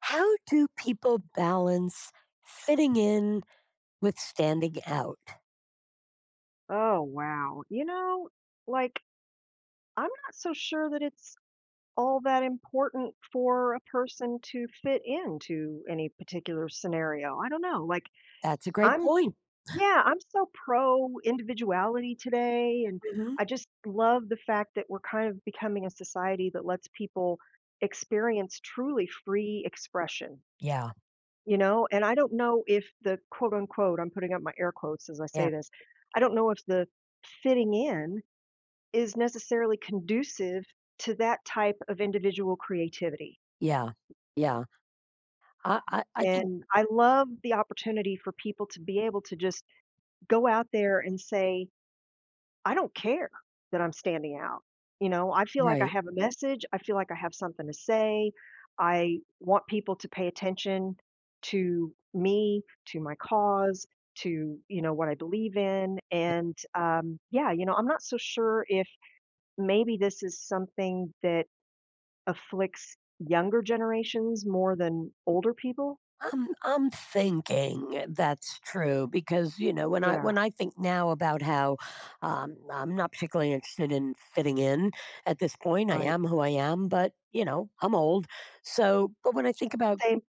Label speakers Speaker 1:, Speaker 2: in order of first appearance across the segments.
Speaker 1: How do people balance fitting in with standing out?
Speaker 2: Oh, wow. Like, I'm not so sure that it's all that important for a person to fit into any particular scenario. I don't know.
Speaker 1: That's a great
Speaker 2: I'm,
Speaker 1: point.
Speaker 2: yeah, I'm so pro individuality today. And
Speaker 1: Mhm.
Speaker 2: I just love the fact that we're kind of becoming a society that lets people experience truly free expression,
Speaker 1: Yeah,
Speaker 2: And I don't know if the quote unquote, I'm putting up my air quotes as I
Speaker 1: yeah,
Speaker 2: say this, I don't know if the fitting in is necessarily conducive to that type of individual creativity.
Speaker 1: yeah, yeah. I think
Speaker 2: And I love the opportunity for people to be able to just go out there and say, I don't care that I'm standing out. You know, I feel like I
Speaker 1: right.
Speaker 2: have a message. I feel like I have something to say. I want people to pay attention to me, to my cause, to what I believe in.
Speaker 1: Yeah.
Speaker 2: And yeah, you know, I'm not so sure if maybe this is something that afflicts younger generations more than older people?
Speaker 1: I'm thinking that's true because you know when I
Speaker 2: Yeah,
Speaker 1: when I think now about how I'm not particularly interested in fitting in at this point. I
Speaker 2: right.
Speaker 1: am who I am, but you know I'm old. So, but when I think about
Speaker 2: Same.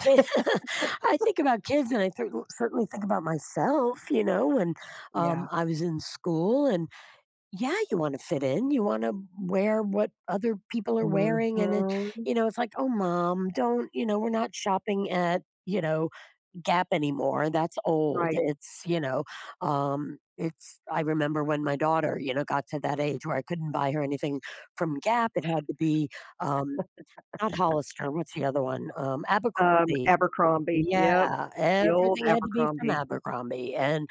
Speaker 1: kid- I think about kids and I certainly think about myself, you know, when,
Speaker 2: Yeah.
Speaker 1: I was in school and yeah, you wanna fit in, you wanna wear what other people are
Speaker 2: Mhm.
Speaker 1: wearing and it you know, it's like, "Oh, mom, don't" you know, "We're not shopping at," you know, "Gap anymore, that's old."
Speaker 2: Right.
Speaker 1: It's, I remember when my daughter, you know, got to that age where I couldn't buy her anything from Gap, it had to be, um, not Hollister, what's the other one? Abercrombie.
Speaker 2: Abercrombie, yep.
Speaker 1: Yeah,
Speaker 2: The old
Speaker 1: everything had to be from
Speaker 2: Abercrombie,
Speaker 1: Abercrombie, and,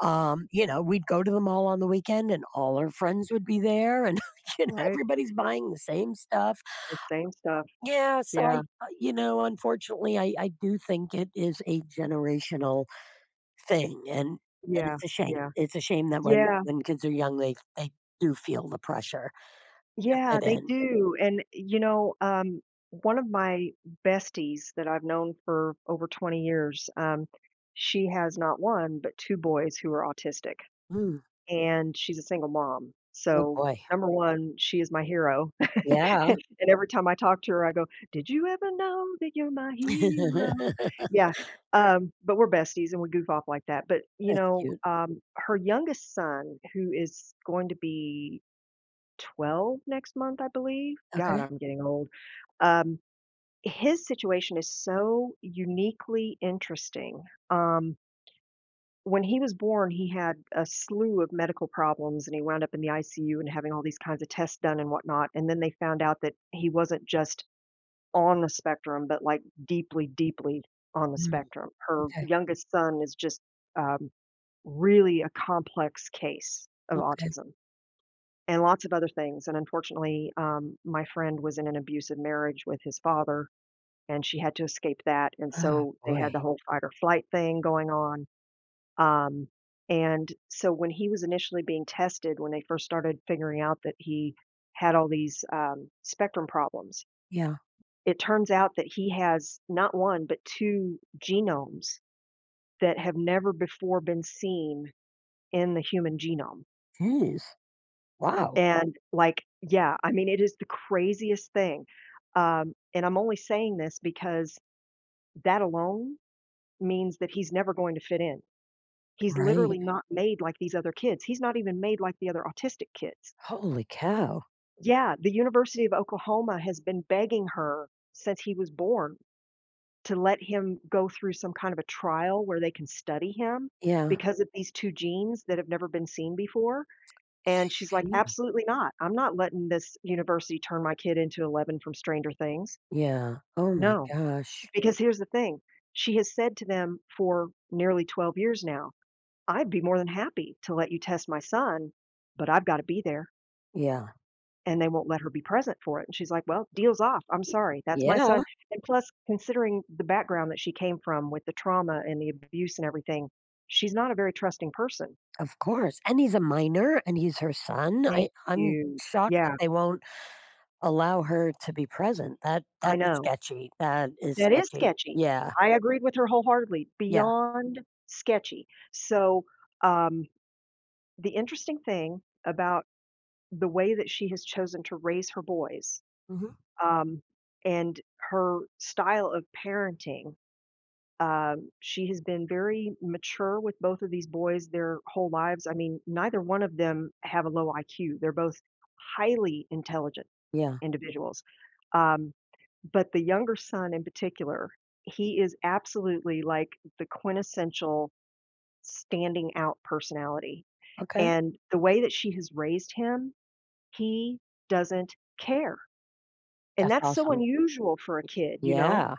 Speaker 1: you know, we'd go to the mall on the weekend, and all our friends would be there, and, you know,
Speaker 2: right?
Speaker 1: everybody's buying the same stuff.
Speaker 2: The same stuff,
Speaker 1: Yeah, so
Speaker 2: yeah.
Speaker 1: I you know, unfortunately, I do think it is a generational thing, and
Speaker 2: Yeah,
Speaker 1: it's a shame.
Speaker 2: yeah.
Speaker 1: It's a shame that when
Speaker 2: Yeah,
Speaker 1: kids are young, they do feel the pressure to
Speaker 2: yeah,
Speaker 1: fit
Speaker 2: they
Speaker 1: in.
Speaker 2: do, and, one of my besties that I've known for over 20 years, she has not 1, but 2 boys who are autistic.
Speaker 1: Mm,
Speaker 2: And she's a single mom.
Speaker 1: oh
Speaker 2: So,
Speaker 1: boy.
Speaker 2: number 1, she is my hero.
Speaker 1: Yeah.
Speaker 2: And every time I talk to her, I go, "Did you ever know that you're my hero?" Yeah, but we're besties and we goof off like that. But,
Speaker 1: That's cute.
Speaker 2: her youngest son, who is going to be 12 next month, I believe. God,
Speaker 1: Okay.
Speaker 2: I'm getting old. Um, his situation is so uniquely interesting. Um when he was born, he had a slew of medical problems and he wound up in the ICU and having all these kinds of tests done and whatnot. And then they found out that he wasn't just on the spectrum, but like deeply, deeply on the
Speaker 1: Mm,
Speaker 2: spectrum. Her
Speaker 1: okay,
Speaker 2: youngest son is just um, really a complex case of
Speaker 1: okay.
Speaker 2: autism and lots of other things. And unfortunately, my friend was in an abusive marriage with his father and she had to escape that. And
Speaker 1: Oh,
Speaker 2: so they had
Speaker 1: boy.
Speaker 2: the whole fight or flight thing going on, um, and so when he was initially being tested, when they first started figuring out that he had all these spectrum problems,
Speaker 1: Yeah.
Speaker 2: it turns out that he has not one, but two genomes that have never before been seen in the human genome.
Speaker 1: Jeez. Wow.
Speaker 2: And like, yeah, I mean, it is the craziest thing. And I'm only saying this because that alone means that he's never going to fit in. He's
Speaker 1: Right.
Speaker 2: literally not made like these other kids. He's not even made like the other autistic kids.
Speaker 1: Holy cow.
Speaker 2: Yeah, the University of Oklahoma has been begging her since he was born to let him go through some kind of a trial where they can study him
Speaker 1: Yeah.
Speaker 2: because of these 2 genes that have never been seen before, and she's like,
Speaker 1: Jeez.
Speaker 2: "Absolutely not. I'm not letting this university turn my kid into Eleven from Stranger Things.
Speaker 1: Yeah. Oh my
Speaker 2: No."
Speaker 1: gosh.
Speaker 2: Because here's the thing, she has said to them for nearly 12 years now, "I'd be more than happy to let you test my son, but I've gotta be there."
Speaker 1: Yeah.
Speaker 2: And they won't let her be present for it, and she's like, "Well, deal's off, I'm sorry, that's my
Speaker 1: Yeah.
Speaker 2: son." And plus, considering the background that she came from with the trauma and the abuse and everything, she's not a very trusting person.
Speaker 1: Of course. And he's a minor and he's her son.
Speaker 2: Thank
Speaker 1: I'm
Speaker 2: you.
Speaker 1: shocked that
Speaker 2: Yeah,
Speaker 1: they won't allow her to be present. That
Speaker 2: I
Speaker 1: that's
Speaker 2: know.
Speaker 1: sketchy. That is
Speaker 2: That is
Speaker 1: sketchy.
Speaker 2: sketchy.
Speaker 1: Yeah.
Speaker 2: I agreed with her wholeheartedly,
Speaker 1: Yeah.
Speaker 2: beyond sketchy. So, um, the interesting thing about the way that she has chosen to raise her boys,
Speaker 1: Hmm.
Speaker 2: um, and her style of parenting. She has been very mature with both of these boys their whole lives. I mean, neither one of them have a low IQ. They're both highly intelligent
Speaker 1: Yeah.
Speaker 2: individuals. Um, but the younger son in particular, he is absolutely like the quintessential standing out personality.
Speaker 1: Okay.
Speaker 2: And the way that she has raised him, he doesn't care. And
Speaker 1: That's
Speaker 2: that's so
Speaker 1: awesome.
Speaker 2: unusual for a
Speaker 1: Y-
Speaker 2: kid, you know?
Speaker 1: Yeah.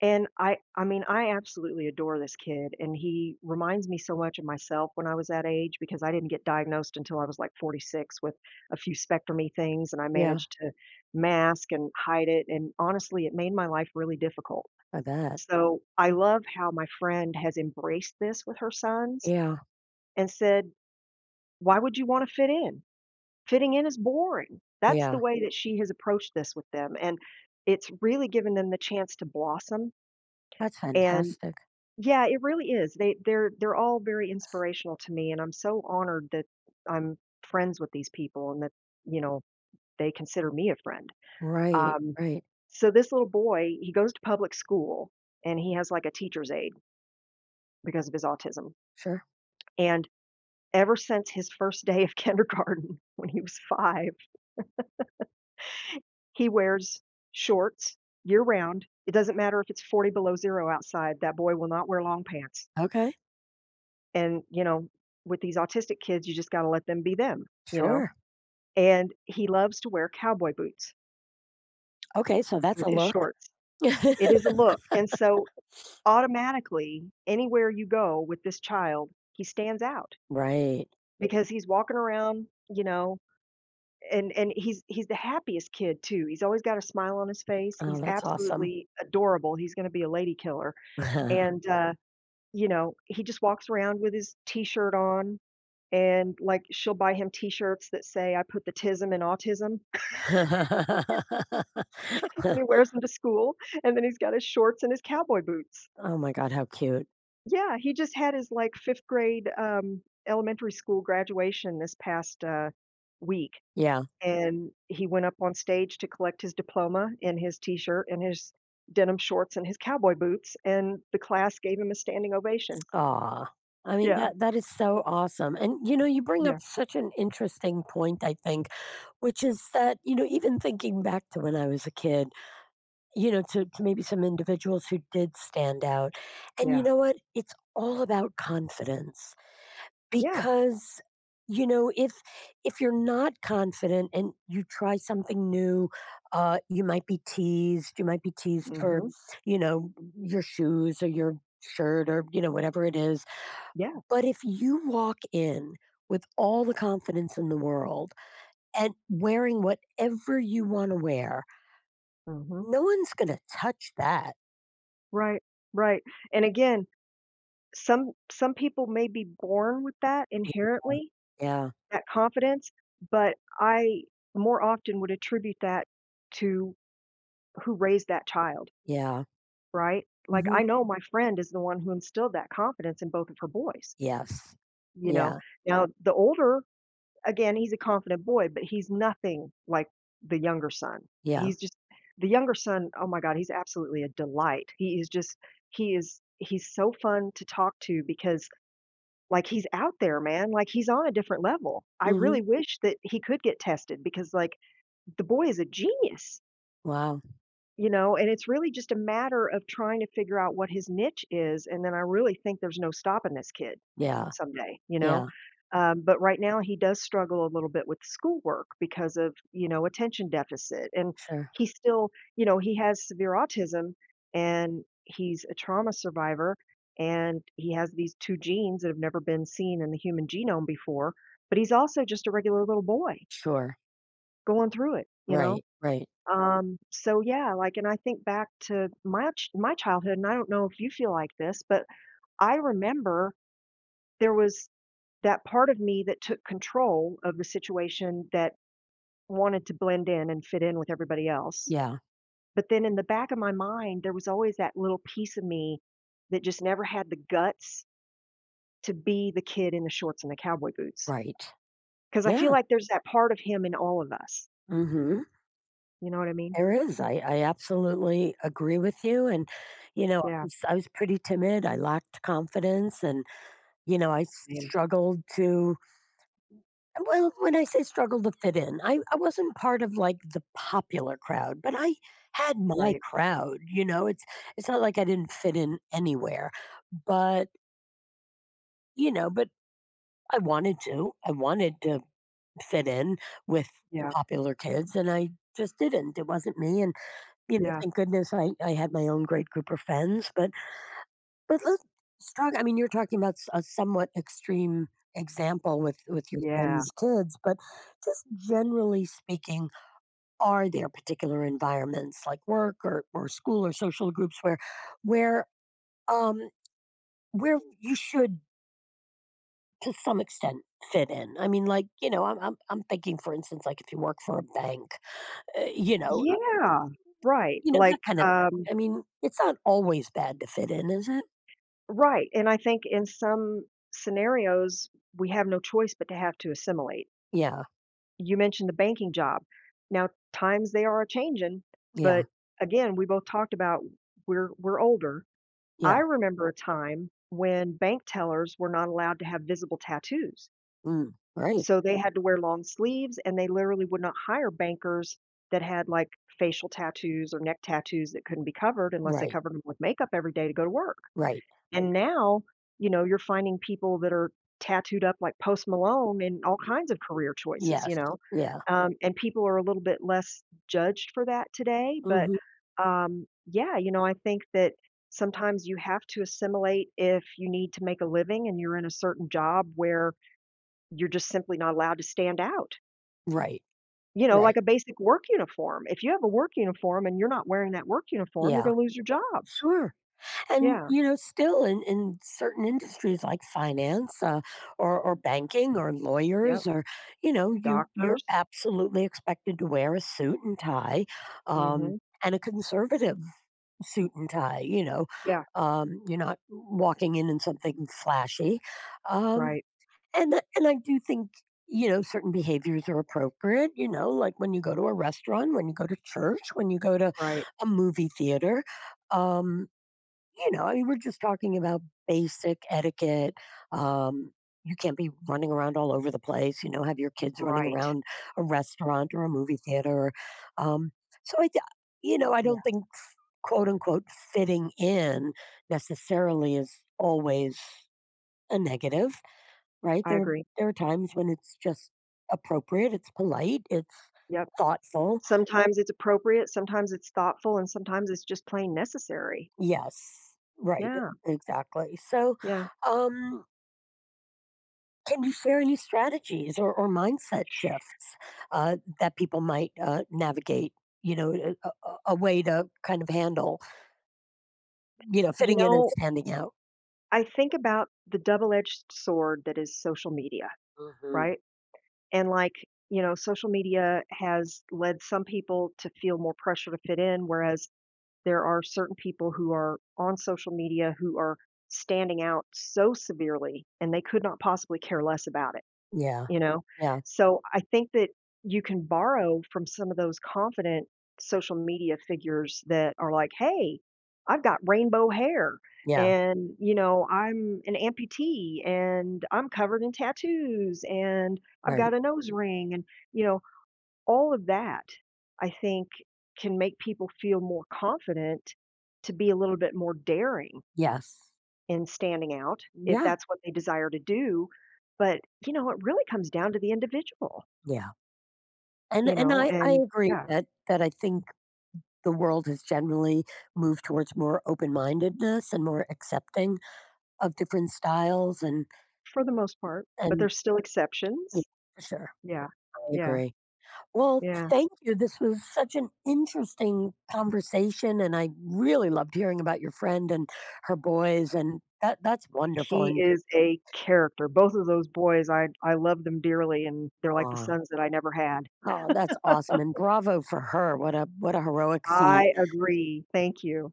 Speaker 2: And I mean, I absolutely adore this kid, and he reminds me so much of myself when I was that age because I didn't get diagnosed until I was, like, 46 with a few spectromy things, and I
Speaker 1: Yeah.
Speaker 2: managed to mask and hide it, and honestly, it made my life really difficult.
Speaker 1: I bet.
Speaker 2: So, I love how my friend has embraced this with her sons
Speaker 1: Yeah.
Speaker 2: and said, "Why would you wanna fit in? Fitting in is boring." That's the
Speaker 1: Yeah.
Speaker 2: way that she has approached this with them, and it's really given them the chance to blossom
Speaker 1: That's
Speaker 2: and.
Speaker 1: fantastic.
Speaker 2: Yeah, it really is. They're all very inspirational to me, and I'm so honored that I'm friends with these people and that, you know, they consider me a friend.
Speaker 1: Right.
Speaker 2: Um,
Speaker 1: Right.
Speaker 2: so this little boy, he goes to public school and he has like a teacher's aide because of his autism.
Speaker 1: Sure.
Speaker 2: And ever since his first day of kindergarten when he was five, he wears shorts year round. It doesn't matter if it's 40 below zero outside, that boy will not wear long pants.
Speaker 1: Okay.
Speaker 2: And, you know, with these autistic kids, you just gotta let them be them, you know?
Speaker 1: Sure.
Speaker 2: And he loves to wear cowboy boots
Speaker 1: Okay, so that's a
Speaker 2: with his
Speaker 1: look.
Speaker 2: shorts. It is a look, and so, automatically, anywhere you go with this child, he stands out
Speaker 1: Right.
Speaker 2: because he's walking around, you know, and he's the happiest kid too. He's always got a smile on his face.
Speaker 1: Oh,
Speaker 2: He's
Speaker 1: that's awesome.
Speaker 2: absolutely adorable. He's gonna be a lady killer, and you know, he just walks around with his t-shirt on and like she'll buy him t-shirts that say I put the tism in autism and he wears them to school and then he's got his shorts and his cowboy boots.
Speaker 1: Oh my god, how cute.
Speaker 2: Yeah, he just had his like 5th grade, elementary school graduation this past, week
Speaker 1: Yeah.
Speaker 2: and he went up on stage to collect his diploma in his t-shirt and his denim shorts and his cowboy boots and the class gave him a standing ovation.
Speaker 1: Aw. I mean,
Speaker 2: Yeah,
Speaker 1: that that is so awesome, and, you know, you bring up
Speaker 2: yeah,
Speaker 1: such an interesting point, I think, which is that, you know, even thinking back to when I was a kid, you know, to maybe some individuals who did stand out, and you
Speaker 2: yeah,
Speaker 1: know what? It's all about confidence.
Speaker 2: yeah,
Speaker 1: Because, you know, if you're not confident and you try something new, you might be teased. You might be teased for,
Speaker 2: mhm,
Speaker 1: you know, your shoes or your shirt or, you know, whatever it is.
Speaker 2: yeah,
Speaker 1: But if you walk in with all the confidence in the world and wearing whatever you wanna wear,
Speaker 2: mhm,
Speaker 1: no one's gonna touch that.
Speaker 2: right, right, and again. Some people may be born with that inherently,
Speaker 1: Yeah,
Speaker 2: that confidence, but I more often would attribute that to who raised that child,
Speaker 1: yeah.
Speaker 2: right? Like, I
Speaker 1: Mhm.
Speaker 2: know my friend is the one who instilled that confidence in both of her boys,
Speaker 1: Yes.
Speaker 2: you know?
Speaker 1: Yeah,
Speaker 2: Now, the older, again, he's a confident boy, but he's nothing like the younger son.
Speaker 1: yeah.
Speaker 2: He's just the younger son, oh my god, he's absolutely a delight. He is just he's so fun to talk to because like, he's out there, man, like, he's on a different level. I really
Speaker 1: Mhm.
Speaker 2: wish that he could get tested because, like, the boy is a genius.
Speaker 1: Wow.
Speaker 2: You know, and it's really just a matter of trying to figure out what his niche is, and then I really think there's no stopping this kid
Speaker 1: Yeah,
Speaker 2: someday, you know?
Speaker 1: yeah.
Speaker 2: But right now he does struggle a little bit with schoolwork because of, you know, attention deficit, and
Speaker 1: Sure.
Speaker 2: he still you know, he has severe autism, and he's a trauma survivor, and he has these 2 genes that have never been seen in the human genome before, but he's also just a regular little boy
Speaker 1: Sure.
Speaker 2: going through it, you know?
Speaker 1: Right, right.
Speaker 2: So yeah, like, and I think back to my childhood, and I don't know if you feel like this, but I remember there was that part of me that took control of the situation that wanted to blend in and fit in with everybody else.
Speaker 1: Yeah,
Speaker 2: But then in the back of my mind, there was always that little piece of me that just never had the guts to be the kid in the shorts and the cowboy boots.
Speaker 1: right.
Speaker 2: Because I feel
Speaker 1: Yeah,
Speaker 2: like there's that part of him in all of us.
Speaker 1: mhm.
Speaker 2: You know what I mean?
Speaker 1: There is. I absolutely agree with you, and, you know,
Speaker 2: Yeah.
Speaker 1: I was pretty timid, I lacked confidence, and, you know, I
Speaker 2: Same.
Speaker 1: struggled to well, when I say struggled to fit in, I wasn't part of, like, the popular crowd, but I had my
Speaker 2: Right.
Speaker 1: crowd, you know? It's not like I didn't fit in anywhere, but, you know but I wanted to. I wanted to fit in with the
Speaker 2: Yeah.
Speaker 1: popular kids and I just didn't. It wasn't me. And you know,
Speaker 2: Yeah.
Speaker 1: thank goodness I had my own great group of friends. But let's talk I mean, you're talking about a somewhat extreme example with your
Speaker 2: Yeah.
Speaker 1: friends' kids, but just generally speaking, are there particular environments like work or school or social groups where where um where you should to some extent fit in. I mean, like you know, I'm thinking, for instance, like if you work for a bank, you know,
Speaker 2: Yeah, right,
Speaker 1: You know, that
Speaker 2: like,
Speaker 1: kinda thing.
Speaker 2: um
Speaker 1: I mean, it's not always bad to fit in, is it?
Speaker 2: right, and I think in some scenarios, we have no choice but to have to assimilate.
Speaker 1: Yeah,
Speaker 2: You mentioned the banking job. Now, times they are a-changing,
Speaker 1: yeah,
Speaker 2: but again, we both talked about we're older.
Speaker 1: yeah.
Speaker 2: I remember a time when bank tellers were not allowed to have visible tattoos.
Speaker 1: Mm, right,
Speaker 2: So they had to wear long sleeves, and they literally would not hire bankers that had, like, facial tattoos or neck tattoos that couldn't be covered unless they
Speaker 1: right,
Speaker 2: covered them with makeup every day to go to work.
Speaker 1: right.
Speaker 2: And now, you know, you're finding people that are tattooed up like Post Malone in all kinds of career choices, you
Speaker 1: Yes,
Speaker 2: know?
Speaker 1: yeah.
Speaker 2: And people are a little bit less judged for that today, but,
Speaker 1: Mhm.
Speaker 2: yeah, you know, I think that sometimes you have to assimilate if you need to make a living and you're in a certain job where you're just simply not allowed to stand out.
Speaker 1: Right,
Speaker 2: You know, like
Speaker 1: right.
Speaker 2: a basic work uniform. If you have a work uniform and you're not wearing that work uniform, you're
Speaker 1: Yeah,
Speaker 2: gonna lose your job.
Speaker 1: sure. And,
Speaker 2: Yeah,
Speaker 1: you know, still in certain industries like finance, or banking or
Speaker 2: yep,
Speaker 1: lawyers or, you know, you you're
Speaker 2: doctors.
Speaker 1: absolutely expected to wear a suit and tie, um,
Speaker 2: Mhm.
Speaker 1: and a conservative suit and tie, you know.
Speaker 2: Yeah,
Speaker 1: You're not walking in something flashy. Um,
Speaker 2: right,
Speaker 1: and and I do think you know certain behaviors are appropriate. You know, like when you go to a restaurant, when you go to church, when you go to
Speaker 2: right,
Speaker 1: a movie theater. Um, you know, I mean, we're just talking about basic etiquette. Um, you can't be running around all over the place. You know, have your kids running
Speaker 2: right.
Speaker 1: around a restaurant or a movie theater. Um, so you know, I
Speaker 2: Yeah,
Speaker 1: don't think quote unquote fitting in necessarily is always a negative, right?
Speaker 2: I agree.
Speaker 1: There are times when it's just appropriate, it's polite, it's
Speaker 2: Yep.
Speaker 1: thoughtful.
Speaker 2: Sometimes it's appropriate, sometimes it's thoughtful, and sometimes it's just plain necessary.
Speaker 1: Yes, right,
Speaker 2: Yeah,
Speaker 1: exactly. So,
Speaker 2: yeah.
Speaker 1: um, can you share any strategies or mindset shifts that people might navigate? You know, a way to kind of handle, you know,
Speaker 2: You
Speaker 1: fitting in and
Speaker 2: know,
Speaker 1: standing out.
Speaker 2: I think about the double-edged sword that is social media,
Speaker 1: Hmm.
Speaker 2: right? And, like, you know, social media has led some people to feel more pressure to fit in, whereas there are certain people who are on social media who are standing out so severely, and they could not possibly care less about it.
Speaker 1: Yeah,
Speaker 2: You know?
Speaker 1: yeah,
Speaker 2: So, I think that you can borrow from some of those confident social media figures that are like, "Hey, I've got rainbow hair,
Speaker 1: yeah,
Speaker 2: and, you know, I'm an amputee, and I'm covered in tattoos, and I've
Speaker 1: right.
Speaker 2: got a nose ring," and, you know, all of that, I think, can make people feel more confident to be a little bit more daring
Speaker 1: Yes.
Speaker 2: in standing out if
Speaker 1: Yeah,
Speaker 2: that's what they desire to do. But, you know, it really comes down to the individual,
Speaker 1: yeah, and
Speaker 2: you know,
Speaker 1: I
Speaker 2: and
Speaker 1: agree
Speaker 2: yeah,
Speaker 1: that that I think the world has generally moved towards more open-mindedness and more accepting of different styles
Speaker 2: for the most part, but
Speaker 1: and
Speaker 2: there's still
Speaker 1: yeah,
Speaker 2: exceptions.
Speaker 1: for sure,
Speaker 2: Yeah.
Speaker 1: I
Speaker 2: Yeah.
Speaker 1: agree. Well,
Speaker 2: Yeah.
Speaker 1: thank you, this was such an interesting conversation, and I really loved hearing about your friend and her boys, and that that's wonderful,
Speaker 2: He
Speaker 1: and
Speaker 2: is a character. Both of those boys, I love them dearly and they're like the
Speaker 1: aw,
Speaker 2: sons that I never had.
Speaker 1: oh that's awesome, and bravo for her, what a heroic feat.
Speaker 2: I agree. Thank you.